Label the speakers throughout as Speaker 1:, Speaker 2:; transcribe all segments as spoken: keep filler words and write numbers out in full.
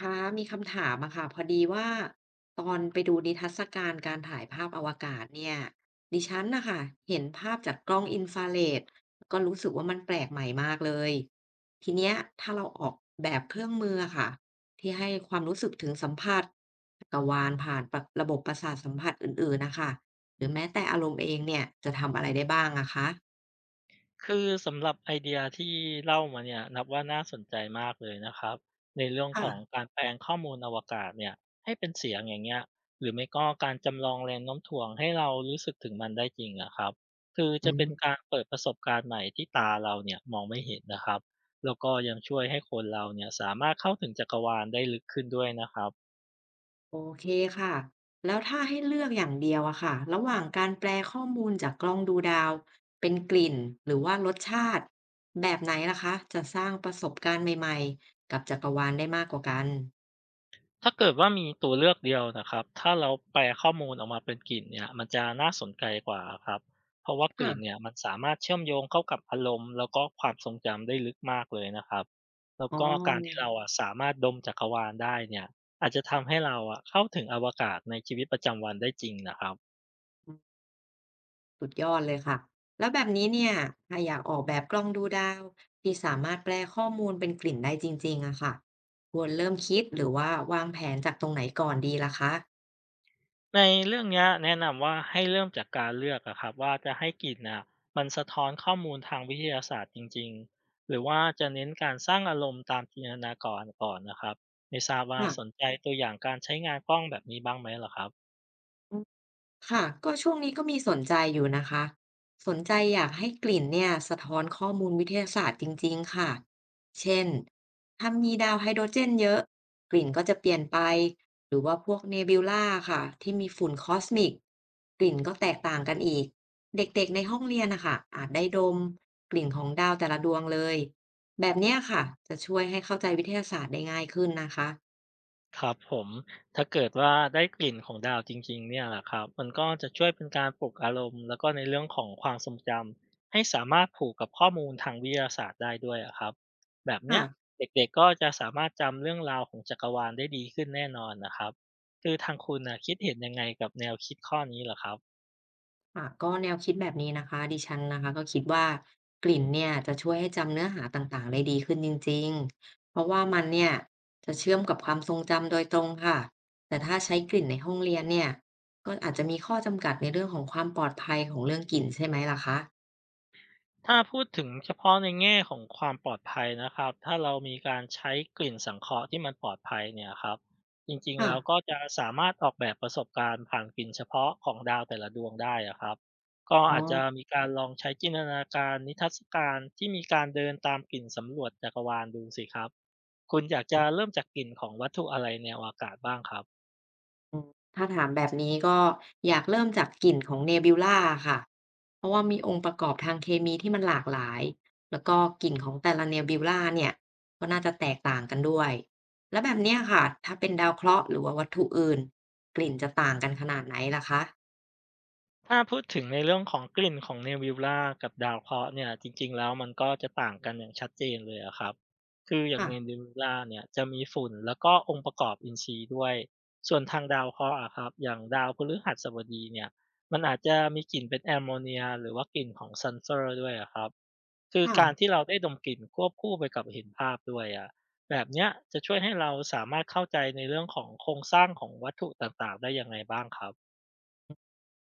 Speaker 1: คะมีคำถามอะค่ะพอดีว่าตอนไปดูนิทรรศการการถ่ายภาพอวกาศเนี่ยดิฉันนะคะเห็นภาพจากกล้องอินฟราเรดก็รู้สึกว่ามันแปลกใหม่มากเลยทีเนี้ยถ้าเราออกแบบเครื่องมืออะค่ะที่ให้ความรู้สึกถึงสัมผัสจักรวาลผ่านระระบบประสาทสัมผัสอื่นๆนะคะหรือแม้แต่อารมณ์เองเนี่ยจะทำอะไรได้บ้างอะคะ
Speaker 2: คือสำหรับไอเดียที่เล่ามาเนี่ยนับว่าน่าสนใจมากเลยนะครับในเรื่อง
Speaker 1: ค่
Speaker 2: ของการแปลงข้อมูลอวกาศเนี่ยให้เป็นเสียงอย่างเงี้ยหรือไม่ก็การจำลองแรงโน้มถ่วงให้เรารู้สึกถึงมันได้จริงนะครับคือ
Speaker 1: ะ
Speaker 2: จะเป็นการเปิดประสบการณ์ใหม่ที่ตาเราเนี่ยมองไม่เห็นนะครับแล้วก็ยังช่วยให้คนเราเนี่ยสามารถเข้าถึงจักรวาลได้ลึกขึ้นด้วยนะครับ
Speaker 1: โอเคค่ะแล้วถ้าให้เลือกอย่างเดียวอะค่ะระหว่างการแปลข้อมูลจากกล้องดูดาวเป็นกลิ่นหรือว่ารสชาติแบบไหนล่ะคะจะสร้างประสบการณ์ใหม่ๆกับจักรวาลได้มากกว่ากัน
Speaker 2: ถ้าเกิดว่ามีตัวเลือกเดียวนะครับถ้าเราแปลข้อมูลออกมาเป็นกลิ่นเนี่ยมันจะน่าสนใจกว่าครับเพราะว่าก
Speaker 1: ค่ะ
Speaker 2: ลิ่นเนี่ยมันสามารถเชื่อมโยงเข้ากับอารมณ์แล้วก็ความทรงจำได้ลึกมากเลยนะครับแล้ว
Speaker 1: อ๋
Speaker 2: ก็การที่
Speaker 1: อ
Speaker 2: เราอ่ะสามารถดมจักรวาลได้เนี่ยอาจจะทำให้เราอ่ะเข้าถึงอวกาศในชีวิตประจำวันได้จริงนะครับ
Speaker 1: สุดยอดเลยค่ะแล้วแบบนี้เนี่ยถ้าอยากออกแบบกล้องดูดาวที่สามารถแปลข้อมูลเป็นกลิ่นได้จริงๆอะค่ะควรเริ่มคิดหรือว่าวางแผนจากตรงไหนก่อนดีล่ะคะ
Speaker 2: ในเรื่องเนี้ยแนะนำว่าให้เริ่มจากการเลือกอะครับว่าจะให้กลิ่นน่ะมันสะท้อนข้อมูลทางวิทยาศาสตร์จริงๆหรือว่าจะเน้นการสร้างอารมณ์ตามจินตนาการก่อนนะครับไม่ทราบว่า
Speaker 1: ค่ะ
Speaker 2: สนใจตัวอย่างการใช้งานกล้องแบบนี้บ้างไหมเหรอครับ
Speaker 1: ค่ะก็ช่วงนี้ก็มีสนใจอยู่นะคะสนใจอยากให้กลิ่นเนี่ยสะท้อนข้อมูลวิทยาศาสตร์จริงๆค่ะเช่นถ้ามีดาวไฮโดรเจนเยอะกลิ่นก็จะเปลี่ยนไปหรือว่าพวกเนบิวลาค่ะที่มีฝุ่นคอสมิกกลิ่นก็แตกต่างกันอีกเด็กๆในห้องเรียนนะคะอาจได้ดมกลิ่นของดาวแต่ละดวงเลยแบบเนี้ยค่ะจะช่วยให้เข้าใจวิทยาศาสตร์ได้ง่ายขึ้นนะคะ
Speaker 2: ครับผมถ้าเกิดว่าได้กลิ่นของดาวจริงๆเนี่ยแหละครับมันก็จะช่วยเป็นการปลุกอารมณ์แล้วก็ในเรื่องของความทรงจำให้สามารถผูกกับข้อมูลทางวิทยาศาสตร์ได้ด้วยอะครับแบบเนี้
Speaker 1: ค่ะ
Speaker 2: ยเด็กๆก็จะสามารถจำเรื่องราวของจักรวาลได้ดีขึ้นแน่นอนนะครับคือทางคุณนะคิดเห็นยังไงกับแนวคิดข้อนี้เหรอครับ
Speaker 1: ค่ะก็แนวคิดแบบนี้นะคะดิฉันนะคะก็คิดว่ากลิ่นเนี่ยจะช่วยให้จำเนื้อหาต่างๆได้ดีขึ้นจริงๆเพราะว่ามันเนี่ยจะเชื่อมกับความทรงจำโดยตรงค่ะแต่ถ้าใช้กลิ่นในห้องเรียนเนี่ยก็อาจจะมีข้อจำกัดในเรื่องของความปลอดภัยของเรื่องกลิ่นใช่ไหมล่ะคะ
Speaker 2: ถ้าพูดถึงเฉพาะในแง่ของความปลอดภัยนะครับถ้าเรามีการใช้กลิ่นสังเคราะห์ที่มันปลอดภัยเนี่ยครับจริงๆ
Speaker 1: ค่ะ
Speaker 2: แล้วก็จะสามารถออกแบบประสบการณ์ผ่านกลิ่นเฉพาะของดาวแต่ละดวงได้อะครับก็
Speaker 1: อ๋อ
Speaker 2: อาจจะมีการลองใช้จินตนาการนิทรรศการที่มีการเดินตามกลิ่นสำรวจจักรวาลดูสิครับคุณอยากจะเริ่มจากกลิ่นของวัตถุอะไรแนวอากาศบ้างครับ
Speaker 1: อืมถ้าถามแบบนี้ก็อยากเริ่มจากกลิ่นของ Nebula อค่ะเพราะว่ามีองค์ประกอบทางเคมีที่มันหลากหลายแล้วก็กลิ่นของแต่ละ Nebula เนี่ยก็น่าจะแตกต่างกันด้วยแล้วแบบเนี้ยค่ะถ้าเป็นดาวเคราะห์หรือว่าวัตถุอื่นกลิ่นจะต่างกันขนาดไหนล่ะคะ
Speaker 2: ถ้าพูดถึงในเรื่องของกลิ่นของ เนบิวลากับดาวเคราะห์เนี่ยจริงๆแล้วมันก็จะต่างกันอย่างชัดเจนเลยอะครับคืออย่าง
Speaker 1: ค่ะ
Speaker 2: ใน เนบิวลา เนี่ยจะมีฝุ่นแล้วก็องค์ประกอบอินทรีย์ด้วยส่วนทางดาวเคราะห์อะครับอย่างดาวพฤหัสบดีเนี่ยมันอาจจะมีกลิ่นเป็นแอมโมเนียหรือว่ากลิ่นของซัลเฟอร์ด้วยอะครับคือ
Speaker 1: ค่ะ
Speaker 2: การที่เราได้ดมกลิ่นควบคู่ไปกับเห็นภาพด้วยอะแบบเนี้ยจะช่วยให้เราสามารถเข้าใจในเรื่องของโครงสร้างของวัตถุต่างๆได้ยังไงบ้างครับ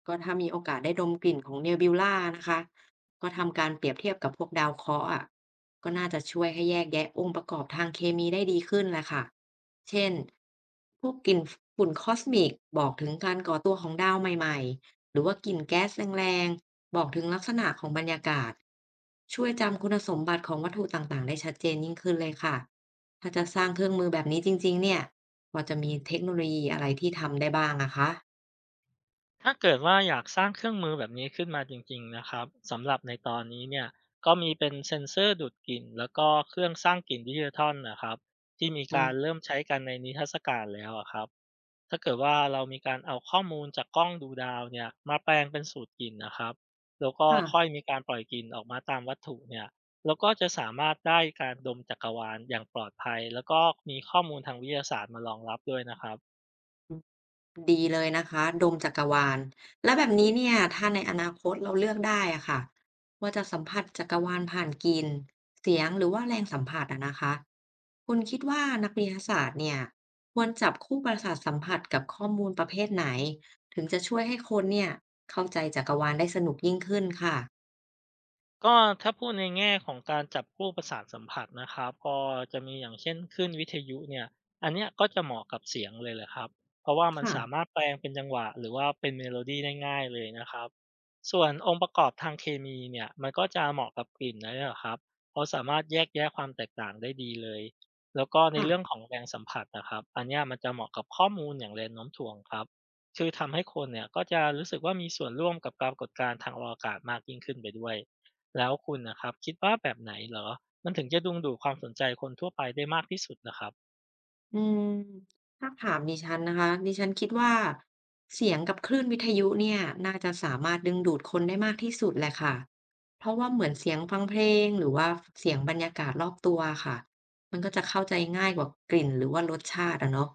Speaker 1: ก็ถ้ามีโอกาสได้ดมกลิ่นของเนบิวลานะคะก็ทำการเปรียบเทียบกับพวกดาวเคราะห์อ่ะก็น่าจะช่วยให้แยกแยะองค์ประกอบทางเคมีได้ดีขึ้นแหละค่ะเช่นพวกกลิ่นฝุ่นคอสมิกบอกถึงการก่อตัวของดาวใหม่ๆหรือว่ากลิ่นแก๊สแรงๆบอกถึงลักษณะของบรรยากาศช่วยจำคุณสมบัติของวัตถุต่างๆได้ชัดเจนยิ่งขึ้นเลยค่ะถ้าจะสร้างเครื่องมือแบบนี้จริงๆเนี่ยพอจะมีเทคโนโลยีอะไรที่ทำได้บ้างอะคะ
Speaker 2: ถ้าเกิดว่าอยากสร้างเครื่องมือแบบนี้ขึ้นมาจริงๆนะครับสำหรับในตอนนี้เนี่ยก็มีเป็นเซ็นเซอร์ดูดกลิ่นแล้วก็เครื่องสร้างกลิ่นดิจิทัลนะครับที่มี
Speaker 1: อื
Speaker 2: การ
Speaker 1: ม
Speaker 2: เริ่มใช้กันในนิทรรศการแล้วอะครับถ้าเกิดว่าเรามีการเอาข้อมูลจากกล้องดูดาวเนี่ยมาแปลงเป็นสูตรกลิ่นนะครับแล้วก็
Speaker 1: ค่ะ
Speaker 2: ค่อยมีการปล่อยกลิ่นออกมาตามวัตถุเนี่ยแล้วก็จะสามารถได้การดมจักรวาลอย่างปลอดภัยแล้วก็มีข้อมูลทางวิทยาศาสตร์มารองรับด้วยนะครับ
Speaker 1: ดีเลยนะคะโดมจักรวาลแล้วแบบนี้เนี่ยถ้าในอนาคตเราเลือกได้อะค่ะว่าจะสัมผัสจักรวาลผ่านกลิ่นเสียงหรือว่าแรงสัมผัสอะนะคะคุณคิดว่านักวิทยาศาสตร์เนี่ยควรจับคู่ประสาทสัมผัสกับข้อมูลประเภทไหนถึงจะช่วยให้คนเนี่ยเข้าใจจักรวาลได้สนุกยิ่งขึ้นค่ะ
Speaker 2: ก็ถ้าพูดในแง่ของการจับคู่ประสาทสัมผัสนะครับก็จะมีอย่างเช่นคลื่นวิทยุเนี่ยอันเนี้ยก็จะเหมาะกับเสียงเลยแหละครับเพราะว่ามัน
Speaker 1: ค่ะ
Speaker 2: สามารถแปลงเป็นจังหวะหรือว่าเป็นเมโลดี้ได้ง่ายเลยนะครับส่วนองค์ประกอบทางเคมีเนี่ยมันก็จะเหมาะกับกลิ่นนั่นแหละครับเพราะสามารถแยกแยะความแตกต่างได้ดีเลยแล้วก็ในเรื่องข
Speaker 1: ค่ะ
Speaker 2: องแรงสัมผัสนะครับอันเนี้ยมันจะเหมาะกับข้อมูลอย่างแรงโน้มถ่วงครับคือทำให้คนเนี่ยก็จะรู้สึกว่ามีส่วนร่วมกับปรากฏการณ์ทางอวกาศมากยิ่งขึ้นไปด้วย แล้วคุณนะครับคิดว่าแบบไหนเหรอมันถึงจะดึงดูดความสนใจคนทั่วไปได้มากที่สุดนะครับ
Speaker 1: อืมถ้าถามดิฉันนะคะดิฉันคิดว่าเสียงกับคลื่นวิทยุเนี่ยน่าจะสามารถดึงดูดคนได้มากที่สุดแหละค่ะเพราะว่าเหมือนเสียงฟังเพลงหรือว่าเสียงบรรยากาศรอบตัวค่ะมันก็จะเข้าใจง่ายกว่ากลิ่นหรือว่ารสชาติอะเนาะ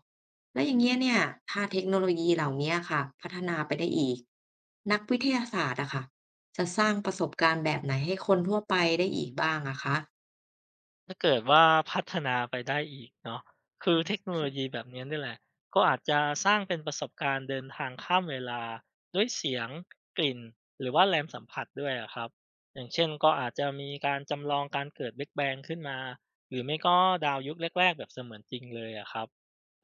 Speaker 1: แล้วอย่างเงี้ยเนี่ยถ้าเทคโนโลยีเหล่านี้ค่ะพัฒนาไปได้อีกนักวิทยาศาสตร์อะค่ะจะสร้างประสบการณ์แบบไหนให้คนทั่วไปได้อีกบ้างอะคะ
Speaker 2: ถ้าเกิดว่าพัฒนาไปได้อีกเนาะคือ
Speaker 1: อื
Speaker 2: เทคโน
Speaker 1: ม
Speaker 2: โลยีแบบนี้นี่แหละก็อาจจะสร้างเป็นประสบการณ์เดินทางข้ามเวลาด้วยเสียงกลิ่นหรือว่าแรงสัมผัสด้วยอะครับอย่างเช่นก็อาจจะมีการจำลองการเกิดแบ g แบงขึ้นมาหรือไม่ก็ดาวยุคแรกๆแบบเสมือนจริงเลยอะครับ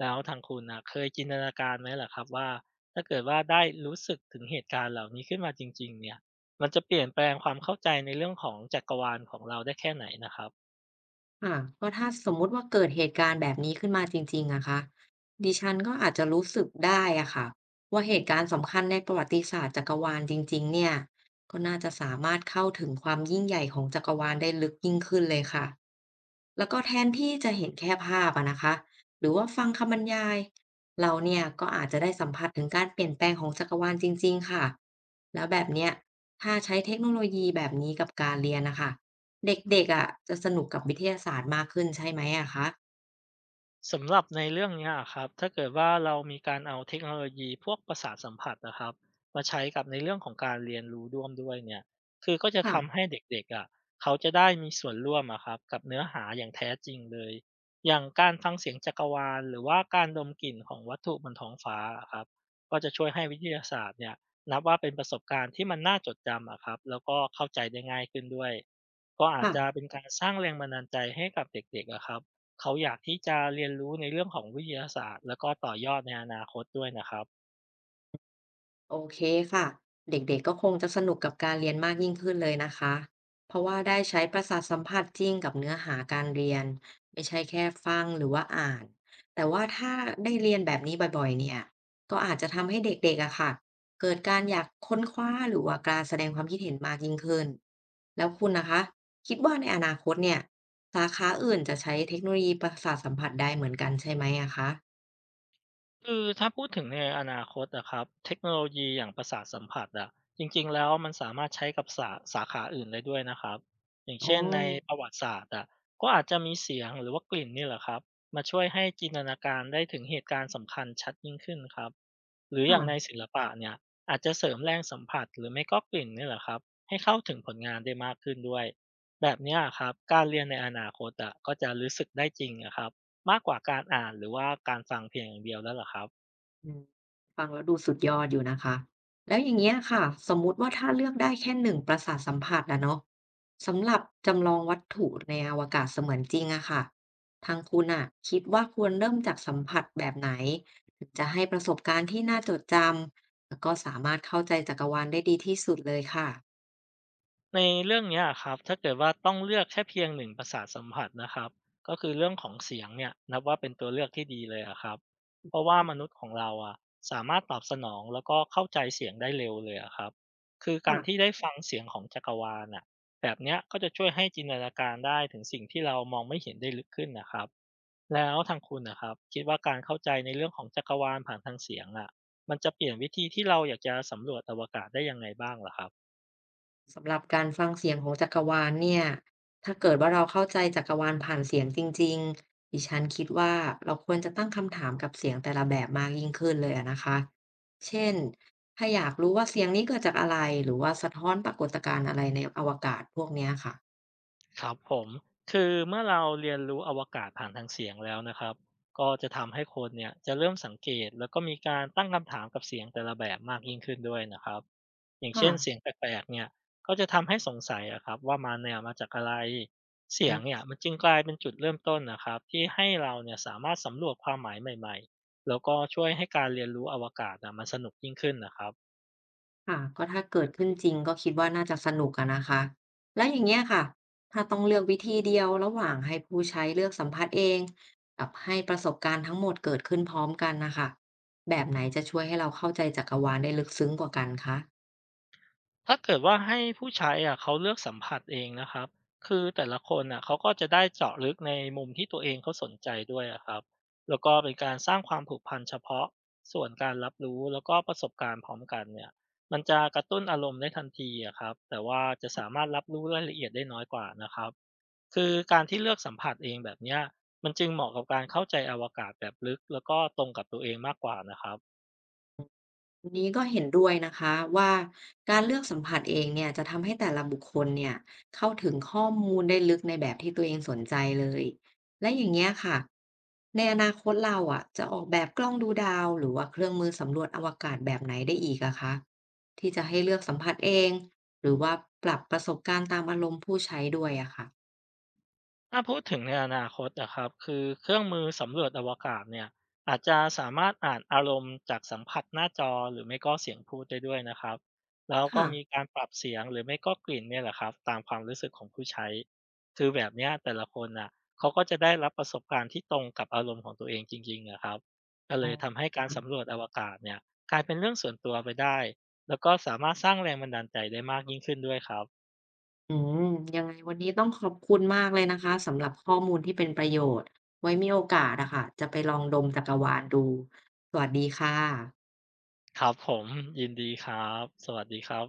Speaker 2: แล้วทางคุณนะเคยจินตนาการไหมล่รครับว่าถ้าเกิดว่าได้รู้สึกถึงเหตุการณ์เหล่านี้ขึ้นมาจริงๆเนี่ยมันจะเปลี่ยนแปลงความเข้าใจในเรื่องของจักรวาลของเราได้แค่ไหนนะครับ
Speaker 1: ค่ะก็ถ้าสมมุติว่าเกิดเหตุการณ์แบบนี้ขึ้นมาจริงๆอะคะดิฉันก็อาจจะรู้สึกได้อะค่ะว่าเหตุการณ์สำคัญในประวัติศาสตร์จักรวาลจริงๆเนี่ยก็น่าจะสามารถเข้าถึงความยิ่งใหญ่ของจักรวาลได้ลึกยิ่งขึ้นเลยค่ะแล้วก็แทนที่จะเห็นแค่ภาพอะนะคะหรือว่าฟังคำบรรยายเราเนี่ยก็อาจจะได้สัมผัสถึงการเปลี่ยนแปลงของจักรวาลจริงๆค่ะแล้วแบบเนี้ยถ้าใช้เทคโนโลยีแบบนี้กับการเรียนนะคะ เด็กๆอ่ะ จะสนุกกับวิทยาศาสตร์มากขึ้นใช่ไหมอะคะ
Speaker 2: สำหรับในเรื่องเนี้ยอะครับถ้าเกิดว่าเรามีการเอาเทคโนโลยีพวกประสาทสัมผัสนะครับมาใช้กับในเรื่องของการเรียนรู้ร่วมด้วยเนี่ยคือก็จะ
Speaker 1: ค่ะ
Speaker 2: ทำให้เด็กๆอ่ะเขาจะได้มีส่วนร่วมอะครับกับเนื้อหาอย่างแท้จริงเลยอย่างการฟังเสียงจักรวาลหรือว่าการดมกลิ่นของวัตถุบนท้องฟ้าอะครับก็จะช่วยให้วิทยาศาสตร์เนี่ยนับว่าเป็นประสบการณ์ที่มันน่าจดจำอะครับแล้วก็เข้าใจได้ง่ายขึ้นด้วยก็อาจ
Speaker 1: ค่ะ
Speaker 2: จะเป็นการสร้างแรงบันดาลใจให้กับเด็กๆอะครับ เขาอยากที่จะเรียนรู้ในเรื่องของวิทยาศาสตร์แล้วก็ต่อยอดในอนาคตด้วยนะครับ
Speaker 1: โอเคค่ะเด็กๆก็คงจะสนุกกับการเรียนมากยิ่งขึ้นเลยนะคะเพราะว่าได้ใช้ประสาทสัมผัสจริงกับเนื้อหาการเรียนไม่ใช่แค่ฟังหรือว่าอ่านแต่ว่าถ้าได้เรียนแบบนี้บ่อยๆเนี่ยก็อาจจะทำให้เด็กๆอะค่ะเกิดการอยากค้นคว้าหรือว่ากล้ารแสดงความคิดเห็นมากยิ่งขึ้นแล้วคุณนะคะคิดว่าในอนาคตเนี่ยสาขาอื่นจะใช้เทคโนโลยีประสาทสัมผัสได้เหมือนกันใช่ไหมอะคะ
Speaker 2: คือถ้าพูดถึงในอนาคตนะครับเทคโนโลยีอย่างประสาทสัมผัสอะจริงๆแล้วมันสามารถใช้กับสาสาขาอื่นได้ด้วยนะครับอย่าง
Speaker 1: อ๋อ
Speaker 2: เช่นในประวัติศาสตร์อะก็อาจจะมีเสียงหรือว่ากลิ่นนี่แหละครับมาช่วยให้จินตนาการได้ถึงเหตุการณ์สำคัญชัดยิ่งขึ้นครับ หรืออย่า
Speaker 1: ค่ะ
Speaker 2: งในศิลปะเนี่ยอาจจะเสริมแรงสัมผัสหรือไม่ก็กลิ่นนี่แหละครับให้เข้าถึงผลงานได้มากขึ้นด้วยแบบเนี้ยครับการเรียนในอนาคตอะก็จะรู้สึกได้จริงอะครับมากกว่าการอ่านหรือว่าการฟังเพียงอย่างเดียวแล้วล่ะครับ
Speaker 1: อืมฟังแล้วดูสุดยอดอยู่นะคะแล้วอย่างเงี้ยค่ะสมมุติว่าถ้าเลือกได้แค่นหนึ่งประสาทสัมผัสอะเนาะสำหรับจำลองวัตถุในอวกาศเสมือนจริงอะค่ะทางคุณอะคิดว่าควรเริ่มจากสัมผัสแบบไหนถึงจะให้ประสบการณ์ที่น่าจดจำแล้วก็สามารถเข้าใจจักรวาลได้ดีที่สุดเลยค่ะ
Speaker 2: ในเรื่องเนี้ยครับถ้าเกิดว่าต้องเลือกแค่เพียงหนึ่งประสาทสัมผัสนะครับก็คือเรื่องของเสียงเนี่ยนับว่าเป็นตัวเลือกที่ดีเลยอะครับ
Speaker 1: อื
Speaker 2: เพราะว่าม
Speaker 1: ม
Speaker 2: นุษย์ของเราอะสามารถตอบสนองแล้วก็เข้าใจเสียงได้เร็วเลยอะครับคือการที่
Speaker 1: ค่ะ
Speaker 2: ได้ฟังเสียงของจักรวาลอ่ะแบบเนี้ยก็จะช่วยให้จินตนาการได้ถึงสิ่งที่เรามองไม่เห็นได้ลึกขึ้นนะครับแล้วทางคุณนะครับคิดว่าการเข้าใจในเรื่องของจักรวาลผ่านทางเสียงอะมันจะเปลี่ยนวิธีที่เราอยากจะสำรวจอวกาศได้ยังไงบ้างเหรอครับ
Speaker 1: สำหรับการฟังเสียงของจักรวาลเนี่ยถ้าเกิดว่าเราเข้าใจจักรวาลผ่านเสียงจริงๆดิฉันคิดว่าเราควรจะตั้งคำถามกับเสียงแต่ละแบบมากยิ่งขึ้นเลยอะนะคะเช่นถ้าอยากรู้ว่าเสียงนี้เกิดจากอะไรหรือว่าสะท้อนปรากฏการณ์อะไรในอวกาศพวกเนี้ยค่ะ
Speaker 2: ครับผมคือเมื่อเราเรียนรู้อวกาศผ่านทางเสียงแล้วนะครับก็จะทำให้คนเนี่ยจะเริ่มสังเกตแล้วก็มีการตั้งคำถามกับเสียงแต่ละแบบมากยิ่งขึ้นด้วยนะครับอย่าง
Speaker 1: ค่ะ
Speaker 2: เช่นเสียงแปลกๆเนี่ยก็จะทำให้สงสัยอะครับว่ามันเนี่ยมาจากอะไรเสียงเนี่ยมันจึงกลายเป็นจุดเริ่มต้นนะครับที่ให้เราเนี่ยสามารถสำรวจความหมายใหม่ๆแล้วก็ช่วยให้การเรียนรู้อวกาศนะมันสนุกยิ่งขึ้นนะครับ
Speaker 1: ค่ะก็ถ้าเกิดขึ้นจริงก็คิดว่าน่าจะสนุกอะนะคะแล้วอย่างเงี้ยค่ะถ้าต้องเลือกวิธีเดียวระหว่างให้ผู้ใช้เลือกสัมผัสเองกับให้ประสบการณ์ทั้งหมดเกิดขึ้นพร้อมกันนะคะแบบไหนจะช่วยให้เราเข้าใจจักรวาลได้ลึกซึ้งกว่ากันคะ
Speaker 2: ถ้าเกิดว่าให้ผู้ใช้อะเขาเลือกสัมผัสเองนะครับคือแต่ละคนอะเขาก็จะได้เจาะลึกในมุมที่ตัวเองเขาสนใจด้วยอะครับแล้วก็เป็นการสร้างความผูกพันเฉพาะส่วนการรับรู้แล้วก็ประสบการณ์พร้อมกันเนี่ยมันจะกระตุ้นอารมณ์ได้ทันทีอะครับแต่ว่าจะสามารถรับรู้รายละเอียดได้น้อยกว่านะครับคือการที่เลือกสัมผัสเองแบบเนี้ยมันจึงเหมาะกับการเข้าใจอวกาศแบบลึกแล้วก็ตรงกับตัวเองมากกว่านะครับ
Speaker 1: อันนี้ก็เห็นด้วยนะคะว่าการเลือกสัมผัสเองเนี่ยจะทำให้แต่ละบุคคลเนี่ยเข้าถึงข้อมูลได้ลึกในแบบที่ตัวเองสนใจเลยและอย่างเงี้ยค่ะในอนาคตเราอ่ะจะออกแบบกล้องดูดาวหรือว่าเครื่องมือสำรวจอวกาศแบบไหนได้อีกอะคะที่จะให้เลือกสัมผัสเองหรือว่าปรับประสบการณ์ตามอารมณ์ผู้ใช้ด้วยอะค่ะ
Speaker 2: ถ้าพูดถึงในอนาคตนะครับคือเครื่องมือสำรวจอวกาศเนี่ยอาจจะสามารถอ่านอารมณ์จากสัมผัสหน้าจอหรือไม่ก็เสียงพูดได้ด้วยนะครับแล้วก็
Speaker 1: ค่ะ
Speaker 2: มีการปรับเสียงหรือไม่ก็กลิ่นเนี่ยแหละครับตามความรู้สึกของผู้ใช้คือแบบเนี้ยแต่ละคนอ่ะเขาก็จะได้รับประสบการณ์ที่ตรงกับอารมณ์ของตัวเองจริงๆนะครับก็เล
Speaker 1: อ๋
Speaker 2: ยทำให้การสำ
Speaker 1: อ
Speaker 2: รวจอวกาศเนี่ยกลายเป็นเรื่องส่วนตัวไปได้แล้วก็สามารถสร้างแรงบันดาลใจได้มากยิ่งขึ้นด้วยครับ
Speaker 1: อืมยังไงวันนี้ต้องขอบคุณมากเลยนะคะสำหรับข้อมูลที่เป็นประโยชน์ไว้มีโอกาสอะค่ะจะไปลองดมจักรวาลดูสวัสดีค่ะ
Speaker 2: ครับผมยินดีครับสวัสดีครับ